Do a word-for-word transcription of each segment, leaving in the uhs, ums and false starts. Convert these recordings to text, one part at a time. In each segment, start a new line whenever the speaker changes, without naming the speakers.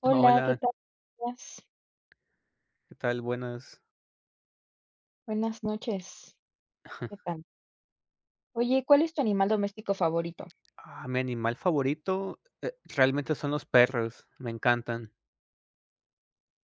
Hola, ¿qué
Hola,
tal? Buenas,
¿qué tal? Buenas.
buenas noches. ¿Qué tal? Oye, ¿cuál es tu animal doméstico favorito?
Ah, mi animal favorito, eh, realmente son los perros, me encantan.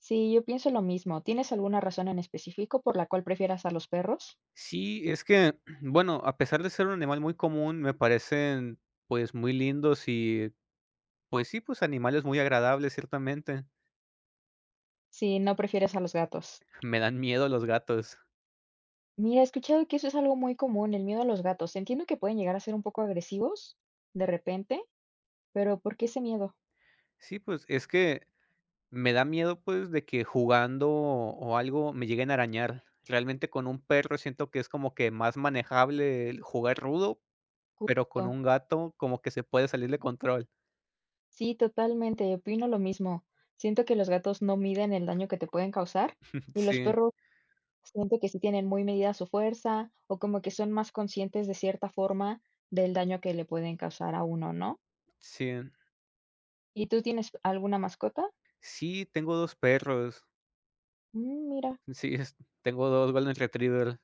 Sí, yo pienso lo mismo. ¿Tienes alguna razón en específico por la cual prefieras a los perros?
Sí, es que, bueno, a pesar de ser un animal muy común, me parecen, pues, muy lindos y, pues sí, pues, animales muy agradables, ciertamente.
Si no prefieres a los gatos.
Me dan miedo los gatos.
Mira, he escuchado que eso es algo muy común, el miedo a los gatos. Entiendo que pueden llegar a ser un poco agresivos de repente, pero ¿por qué ese miedo?
Sí, pues, es que me da miedo, pues, de que jugando o algo me lleguen a arañar. Realmente con un perro siento que es como que más manejable el jugar rudo, pero con
Justo.
un gato como que se puede salir de control.
Sí, totalmente, opino lo mismo. Siento que los gatos no miden el daño que te pueden causar y los
Sí,
perros. Siento que sí tienen muy medida su fuerza, o como que son más conscientes de cierta forma del daño que le pueden causar a uno, ¿no?
sí.
¿Y tú tienes alguna mascota?
Sí, tengo dos perros.
Mm, mira.
Sí, es tengo dos Golden Retriever.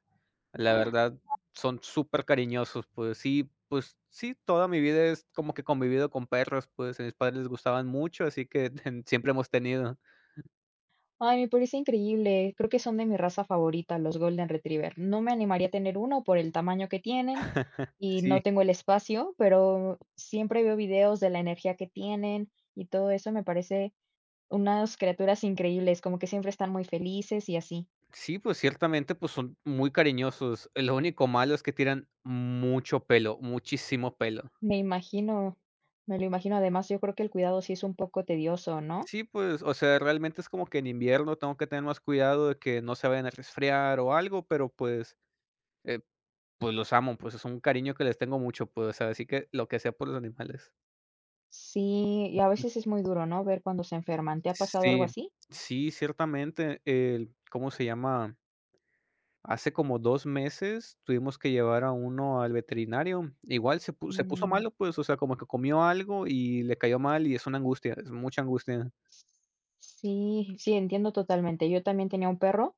La
¡Ah!
verdad, son súper cariñosos. Pues sí, pues sí, toda mi vida es como que convivido con perros, pues a mis padres les gustaban mucho, así que ten siempre hemos tenido.
Ay, me parece increíble. Creo que son de mi raza favorita, los Golden Retriever. No me animaría a tener uno por el tamaño que tienen y
Sí,
no tengo el espacio, pero siempre veo videos de la energía que tienen y todo eso me parece unas criaturas increíbles, como que siempre están muy felices y así.
sí, pues ciertamente, pues son muy cariñosos. Lo único malo es que tiran mucho pelo, muchísimo pelo.
Me imagino, me lo imagino. Además, yo creo que el cuidado sí es un poco tedioso, ¿no?
Sí, pues, o sea, realmente es como que en invierno tengo que tener más cuidado de que no se vayan a resfriar o algo, pero pues, eh, Pues, los amo, pues, es un cariño que les tengo mucho, pues, o sea, así que lo que sea por los animales.
Sí, y a veces es muy duro, ¿no? Ver cuando se enferman. ¿Te ha pasado algo
Sí,
así?
sí, ciertamente, el ¿cómo se llama? Hace como dos meses tuvimos que llevar a uno al veterinario. Igual se pu se puso
Mm,
malo, pues, o sea, como que comió algo y le cayó mal y es una angustia, es mucha angustia.
sí, sí, entiendo totalmente. Yo también tenía un perro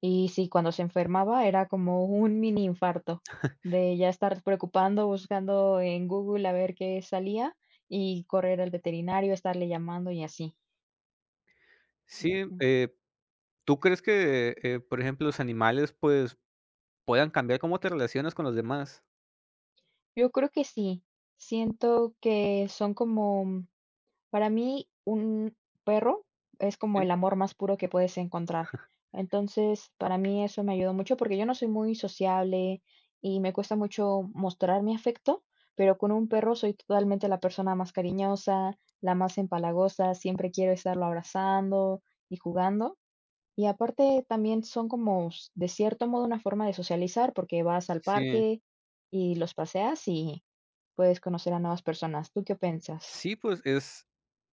y sí, cuando se enfermaba era como un mini infarto de ya estar preocupando, buscando en Google a ver qué salía y correr al veterinario, estarle llamando y así.
Sí,
Ujú.
eh, ¿tú crees que, eh, por ejemplo, los animales, pues, puedan cambiar cómo te relacionas con los demás?
Yo creo que sí. Siento que son como. Para mí, un perro es como
Sí,
el amor más puro que puedes encontrar. Entonces, para mí eso me ayudó mucho porque yo no soy muy sociable y me cuesta mucho mostrar mi afecto, pero con un perro soy totalmente la persona más cariñosa, la más empalagosa, siempre quiero estarlo abrazando y jugando. Y aparte también son como, s- de cierto modo, una forma de socializar porque vas al
sí,
parque y los paseas y puedes conocer a nuevas personas. ¿Tú qué piensas?
sí, pues, es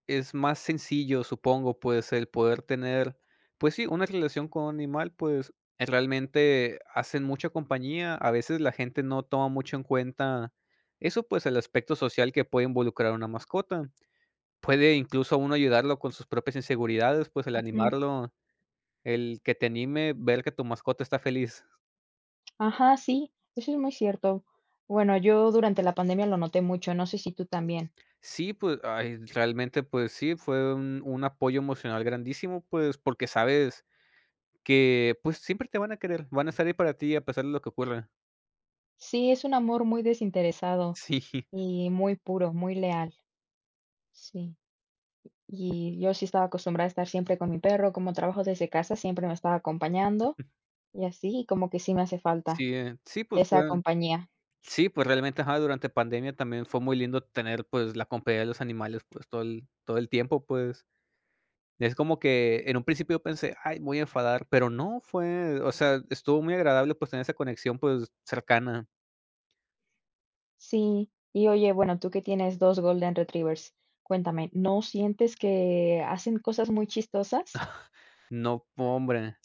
Es más sencillo, supongo, pues, el poder tener, pues sí, una relación con un animal, pues, eh, realmente hacen mucha compañía. A veces la gente no toma mucho en cuenta eso, pues, el aspecto social que puede involucrar una mascota. Puede incluso uno ayudarlo con sus propias inseguridades, pues, el
Ujú.
animarlo, el que te anime, ver que tu mascota está feliz.
Ajá, sí, eso es muy cierto. Bueno, yo durante la pandemia lo noté mucho, no sé si tú también.
Sí, pues, ay, realmente, pues sí, fue un un apoyo emocional grandísimo, pues, porque sabes que, pues, siempre te van a querer, van a estar ahí para ti a pesar de lo que ocurra.
Sí, es un amor muy desinteresado
Sí,
y muy puro, muy leal, sí. Y yo sí estaba acostumbrada a estar siempre con mi perro, como trabajo desde casa, siempre me estaba acompañando y así, y como que sí me hace falta
sí, eh, sí, pues,
esa
fue
compañía.
sí, pues, realmente, ajá, durante pandemia también fue muy lindo tener, pues, la compañía de los animales, pues, todo el todo el tiempo, pues, es como que en un principio yo pensé: "Ay, me voy a enfadar", pero no, fue o sea, estuvo muy agradable, pues, tener esa conexión, pues, cercana.
Sí, y oye, bueno, tú que tienes dos Golden Retrievers, cuéntame, ¿no sientes que hacen cosas muy chistosas?
No, hombre,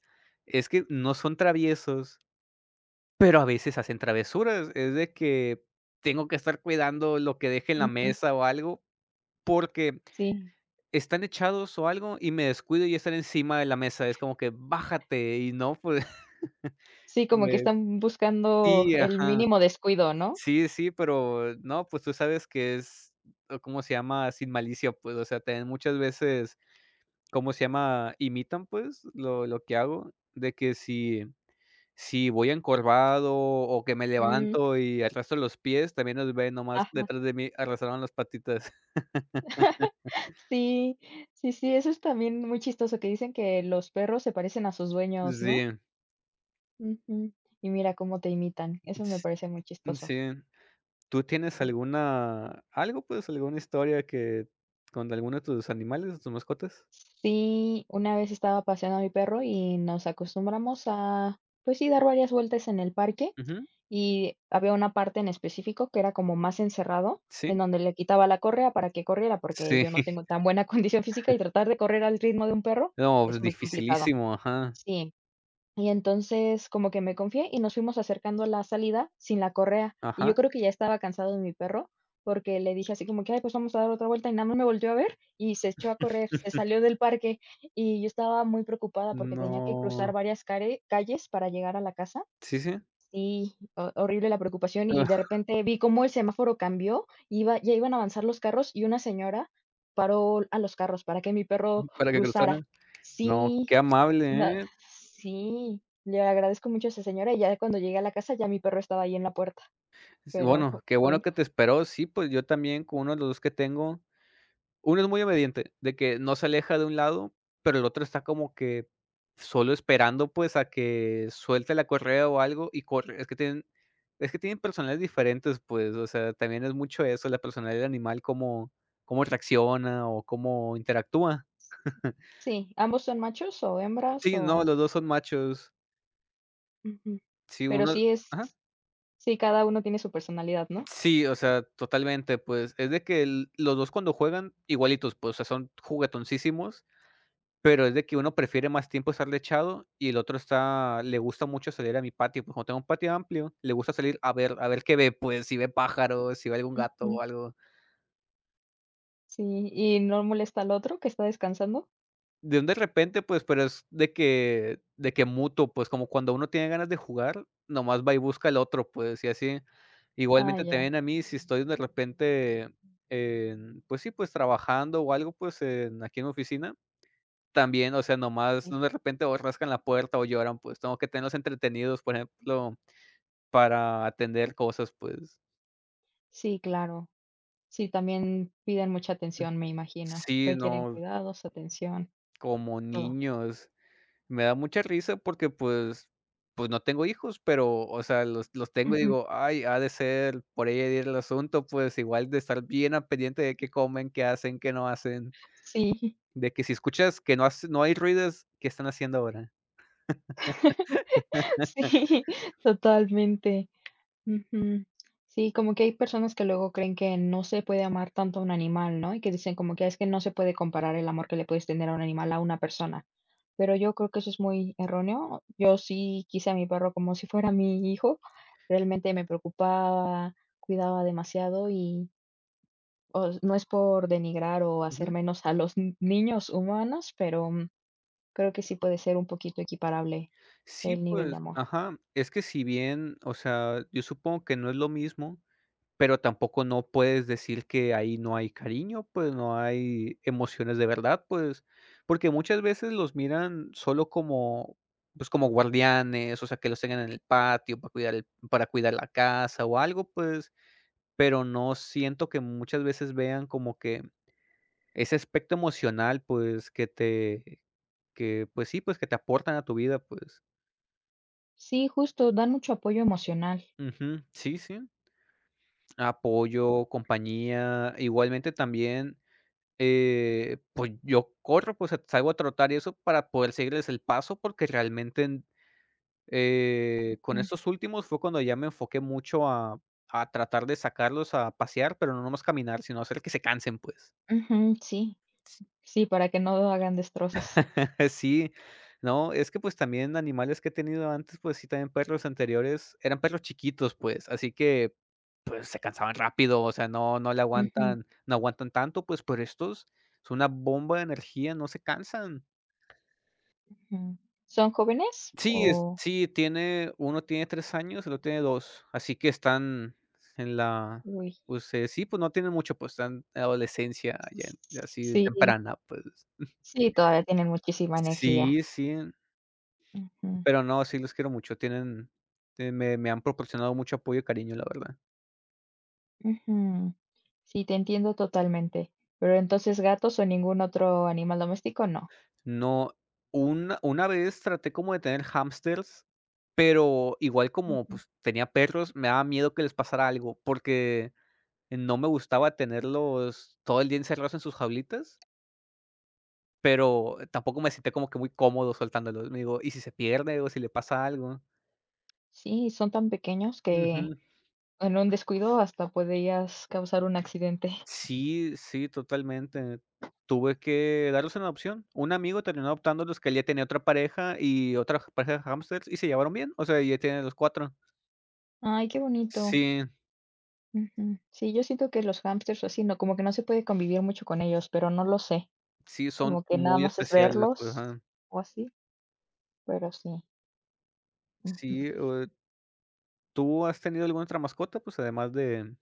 es que no son traviesos, pero a veces hacen travesuras, es de que tengo que estar cuidando lo que deje en la
Ujú,
mesa o algo, porque
sí.
están echados o algo y me descuido y ya están encima de la mesa, es como que: "Bájate", y no, pues,
Sí, como que
me
están buscando
sí,
el
ajá.
mínimo descuido, ¿no?
Sí, sí, pero no, pues, tú sabes que es, o ¿cómo se llama? Sin malicia, pues, o sea, también muchas veces, ¿cómo se llama? Imitan, pues, lo lo que hago, de que si si voy encorvado o que me
Mm.
levanto y arrastro los pies, también los ven nomás
Ajá.
detrás de mí arrastraron las patitas.
Sí, sí, sí, eso es también muy chistoso, que dicen que los perros se parecen a sus dueños,
Sí,
¿no? Ujú. Y mira cómo te imitan. Eso me parece muy chistoso.
sí. ¿Tú tienes
Sí.
alguna algo, pues, alguna historia que con alguno de tus animales, de tus mascotas?
Sí, una vez estaba paseando a mi perro y nos acostumbramos a, pues sí, dar varias vueltas en el parque
Ujú.
y había una parte en específico que era como más encerrado, en
Sí,
donde le quitaba la correa para que corriera, porque
sí.
yo no tengo tan buena condición física y tratar de correr al ritmo de un perro
No,
es
pues,
muy complicado.
dificilísimo, ajá,
Sí, y entonces como que me confié y nos fuimos acercando a la salida sin la correa, y yo
ajá.
creo que ya estaba cansado de mi perro, porque le dije así como que: "Ay, pues vamos a dar otra vuelta", y nada más me volteó a ver y se echó a correr, se salió del parque, y yo estaba muy preocupada porque tenía que
No.
cruzar varias care calles para llegar a la casa.
Sí, sí.
Sí, ho horrible la preocupación, y de repente vi cómo el semáforo cambió, iba ya iban a avanzar los carros y una señora paró a los carros para que mi perro
Para que
cruzara.
cruzaran. No,
Sí.
qué
No,
amable, ¿eh?
sí, le agradezco mucho a esa señora, y ya cuando llegué a la casa, ya mi perro estaba ahí en la puerta,
S
pero
bueno, qué bueno
bueno,
que te esperó. Sí, pues, yo también con uno de los dos que tengo. Uno es muy obediente, de que no se aleja de un lado, pero el otro está como que solo esperando, pues, a que suelte la correa o algo y corre. Es que tienen es que tienen personalidades diferentes, pues, o sea, también es mucho eso, la personalidad del animal, cómo cómo reacciona o cómo interactúa.
sí, ambos son machos o hembras
Sí, no,
o
los dos son machos.
ujú,
Sí,
pero
uno
sí es,
ajá.
sí, cada uno tiene su personalidad, ¿no?
Sí, o sea, totalmente, pues, es de que el los dos cuando juegan igualitos, pues, o sea, son juguetoncísimos. Pero es de que uno prefiere más tiempo estar echado y el otro está le gusta mucho salir a mi patio, pues, como tengo un patio amplio, le gusta salir a ver a ver qué ve, pues, si ve pájaros, si ve algún gato o
Ujú,
algo.
sí, y no molesta al otro que está descansando.
De un de repente, pues, pero es de que de que mutuo, pues, como cuando uno tiene ganas de jugar, nomás va y busca al otro, pues, y así.
Ah,
Igualmente
ya,
también a mí, si estoy de repente en, pues sí, pues, trabajando o algo, pues, en aquí en mi oficina, también, o sea, nomás,
sí.
no de repente o rascan la puerta o lloran, pues, tengo que tenerlos entretenidos, por ejemplo, para atender cosas, pues.
Sí, claro. Sí, también piden mucha atención, me imagino.
Sí,
Requieren
no,
cuidados, atención,
como
todo.
niños. Me da mucha risa porque, pues pues, no tengo hijos, pero, o sea, los los tengo y
Ujú,
digo: "Ay, ha de ser por ahí ir el asunto", pues, igual de estar bien al pendiente de qué comen, qué hacen, qué no hacen,
sí,
de que si escuchas que no hace no hay ruidos, ¿qué están haciendo ahora?
sí, totalmente. Ujú. Sí, como que hay personas que luego creen que no se puede amar tanto a un animal, ¿no? Y que dicen como que es que no se puede comparar el amor que le puedes tener a un animal a una persona. Pero yo creo que eso es muy erróneo. Yo sí quise a mi perro como si fuera mi hijo. Realmente me preocupaba, cuidaba demasiado y o s- no es por denigrar o hacer menos a los ni- niños humanos, pero mm, creo que sí puede ser un poquito equiparable
Sí,
el nivel de
pues,
amor.
ajá, es que si bien, o sea, yo supongo que no es lo mismo, pero tampoco no puedes decir que ahí no hay cariño, pues no hay emociones de verdad, pues, porque muchas veces los miran solo como, pues como guardianes, o sea, que los tengan en el patio para cuidar el- para cuidar la casa o algo, pues, pero no siento que muchas veces vean como que ese aspecto emocional, pues, que te, que, pues sí, pues que te aportan a tu vida, pues.
Sí, justo, dan mucho apoyo emocional.
Ujú, sí, sí. Apoyo, compañía, igualmente también, eh, pues, yo corro, pues, salgo a trotar y eso para poder seguirles el paso, porque realmente en eh, con estos últimos fue cuando ya me enfoqué mucho a a tratar de sacarlos a pasear, pero no nomás caminar, sino hacer que se cansen, pues.
Ujú, sí, sí, para que no hagan destrozos.
Sí, no, es que, pues, también animales que he tenido antes, pues sí, también perros anteriores, eran perros chiquitos, pues, así que se cansaban rápido, o sea, no no le
Ujú,
aguantan no aguantan tanto, pues, pero estos es una bomba de energía, no se cansan.
ujú. ¿Son jóvenes?
Sí, es
O
sí, tiene uno tiene tres años, el otro tiene dos, así que están en la
uy,
pues, eh, sí, pues, no tienen mucho, pues, están en adolescencia ya en ya así
sí,
temprana, pues.
sí, todavía tienen muchísima energía.
Sí, sí,
Ujú,
pero no, sí los quiero mucho, tienen, eh, me me han proporcionado mucho apoyo y cariño, la verdad.
ujú. Sí, te entiendo totalmente. Pero entonces, ¿gatos o ningún otro animal doméstico? No.
No, una una vez traté como de tener hámsters, pero igual como,
Ujú.
pues, tenía perros, me daba miedo que les pasara algo, porque no me gustaba tenerlos todo el día encerrados en sus jaulitas, pero tampoco me sentía como que muy cómodo soltándolos. Me digo, ¿y si se pierde o si le pasa algo?
Sí, son tan pequeños que
Ujú.
en un descuido hasta podrías causar un accidente.
Sí, sí, totalmente. Tuve que darlos en adopción. Un amigo terminó adoptándolos, que él ya tenía otra pareja y otra pareja de hamsters y se llevaron bien, o sea, ya tienen los cuatro.
Ay, qué bonito.
Sí.
Ujú. Sí, yo siento que los hámsters o así, no, como que no se puede convivir mucho con ellos, pero no lo sé.
Sí, son
Como que nada
muy
más es
especiales, pues,
verlos
ajá.
o así, pero sí. Ujú.
Sí, eh, ¿tú has tenido alguna otra mascota? Pues, además de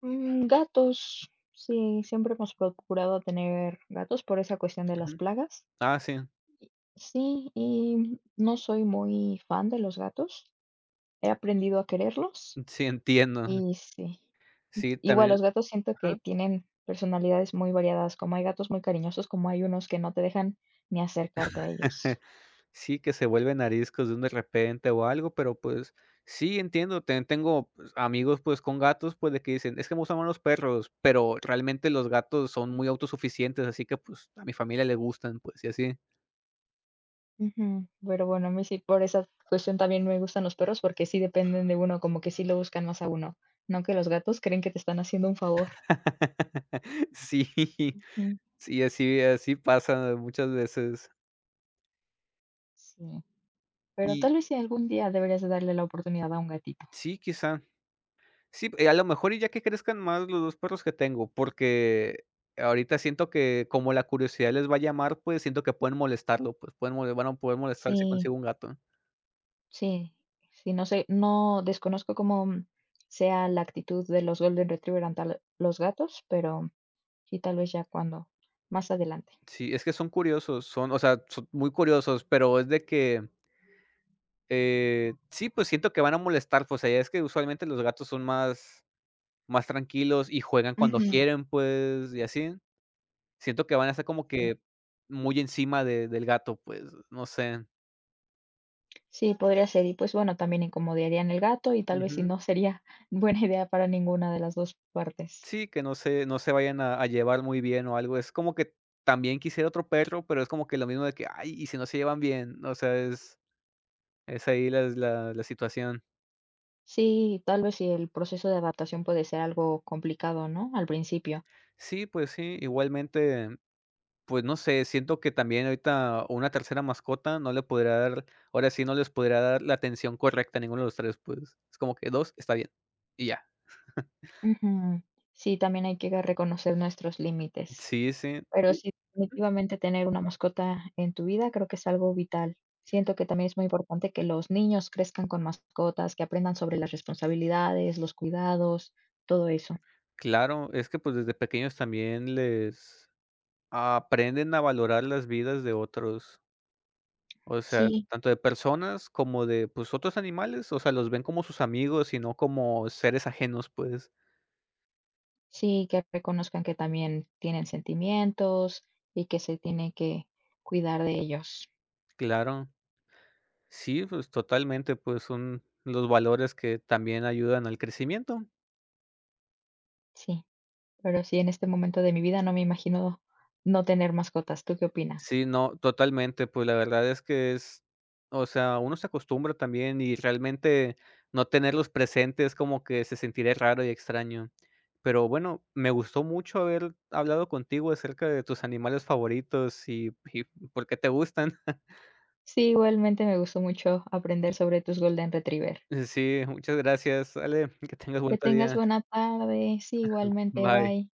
Mm, gatos, sí, siempre hemos procurado tener gatos por esa cuestión de las
ujú.
plagas.
Ah, sí,
Y- Sí, y no soy muy fan de los gatos. He aprendido a quererlos
sí, entiendo.
y sí.
Sí,
Igual
también
los gatos siento
ajá.
que tienen personalidades muy variadas, como hay gatos muy cariñosos, como hay unos que no te dejan ni acercarte a ellos.
Sí, que se vuelven ariscos de un de repente o algo, pero, pues, sí, entiendo. También tengo, pues, amigos, pues, con gatos, pues, de que dicen: "Es que me gustan más los perros", pero realmente los gatos son muy autosuficientes, así que, pues, a mi familia le gustan, pues, y así.
Ujú. Pero bueno, a mí sí, por esa cuestión también me gustan los perros porque sí dependen de uno, como que sí lo buscan más a uno, no que los gatos creen que te están haciendo un favor.
Sí,
Mm.
sí, así así pasa muchas veces.
Sí, pero
Y
tal vez si algún día deberías de darle la oportunidad a un gatito.
sí, quizá. Sí, eh, a lo mejor y ya que crezcan más los dos perros que tengo, porque ahorita siento que como la curiosidad les va a llamar, pues, siento que pueden molestarlo, pues, pueden mole van a poder molestar si
Sí,
consigo un gato.
sí, sí, no sé, no desconozco cómo mm, sea la actitud de los Golden Retriever ante al- los gatos, pero sí, tal vez ya cuando, más adelante.
Sí, es que son curiosos, son, o sea, son muy curiosos, pero es de que, eh, sí, pues, siento que van a molestar, pues, allá es que usualmente los gatos son más más tranquilos y juegan cuando
Ujú,
quieren, pues, y así. Siento que van a estar como
sí.
que muy encima de del gato, pues, no sé.
Sí, podría ser. Y pues bueno, también incomodarían el gato y tal vez si
Ujú.
no sería buena idea para ninguna de las dos partes.
Sí, que no se no se vayan a a llevar muy bien o algo. Es como que también quisiera otro perro, pero es como que lo mismo de que: "Ay, ¿y si no se llevan bien?". O sea, es es ahí las la la situación.
Sí, tal vez si el proceso de adaptación puede ser algo complicado, ¿no? Al principio.
Sí, pues sí, igualmente, pues, no sé, siento que también ahorita una tercera mascota no le podría dar ahora sí, no les podría dar la atención correcta a ninguno de los tres, pues, es como que dos está bien, y ya.
Ujú. Sí, también hay que reconocer nuestros límites.
Sí, sí.
Pero sí, definitivamente tener una mascota en tu vida creo que es algo vital. Siento que también es muy importante que los niños crezcan con mascotas, que aprendan sobre las responsabilidades, los cuidados, todo eso.
Claro, es que, pues, desde pequeños también les aprenden a valorar las vidas de otros, o sea,
Sí.
tanto de personas como de, pues, otros animales, o sea, los ven como sus amigos y no como seres ajenos, pues,
Sí, que reconozcan que también tienen sentimientos y que se tiene que cuidar de ellos.
claro. Sí, pues, totalmente, pues, son los valores que también ayudan al crecimiento.
Sí, pero sí, en este momento de mi vida no me imagino no tener mascotas. ¿Tú qué opinas?
Sí, no, totalmente, pues, la verdad es que es o sea, uno se acostumbra también, y realmente no tenerlos presentes como que se sentirá raro y extraño. Pero bueno, me gustó mucho haber hablado contigo acerca de tus animales favoritos y y por qué te gustan.
Sí, igualmente me gustó mucho aprender sobre tus Golden Retriever.
Sí, muchas gracias, Ale, que tengas buen
Que tengas
día.
buena tarde. Sí, igualmente.
Bye.
Bye.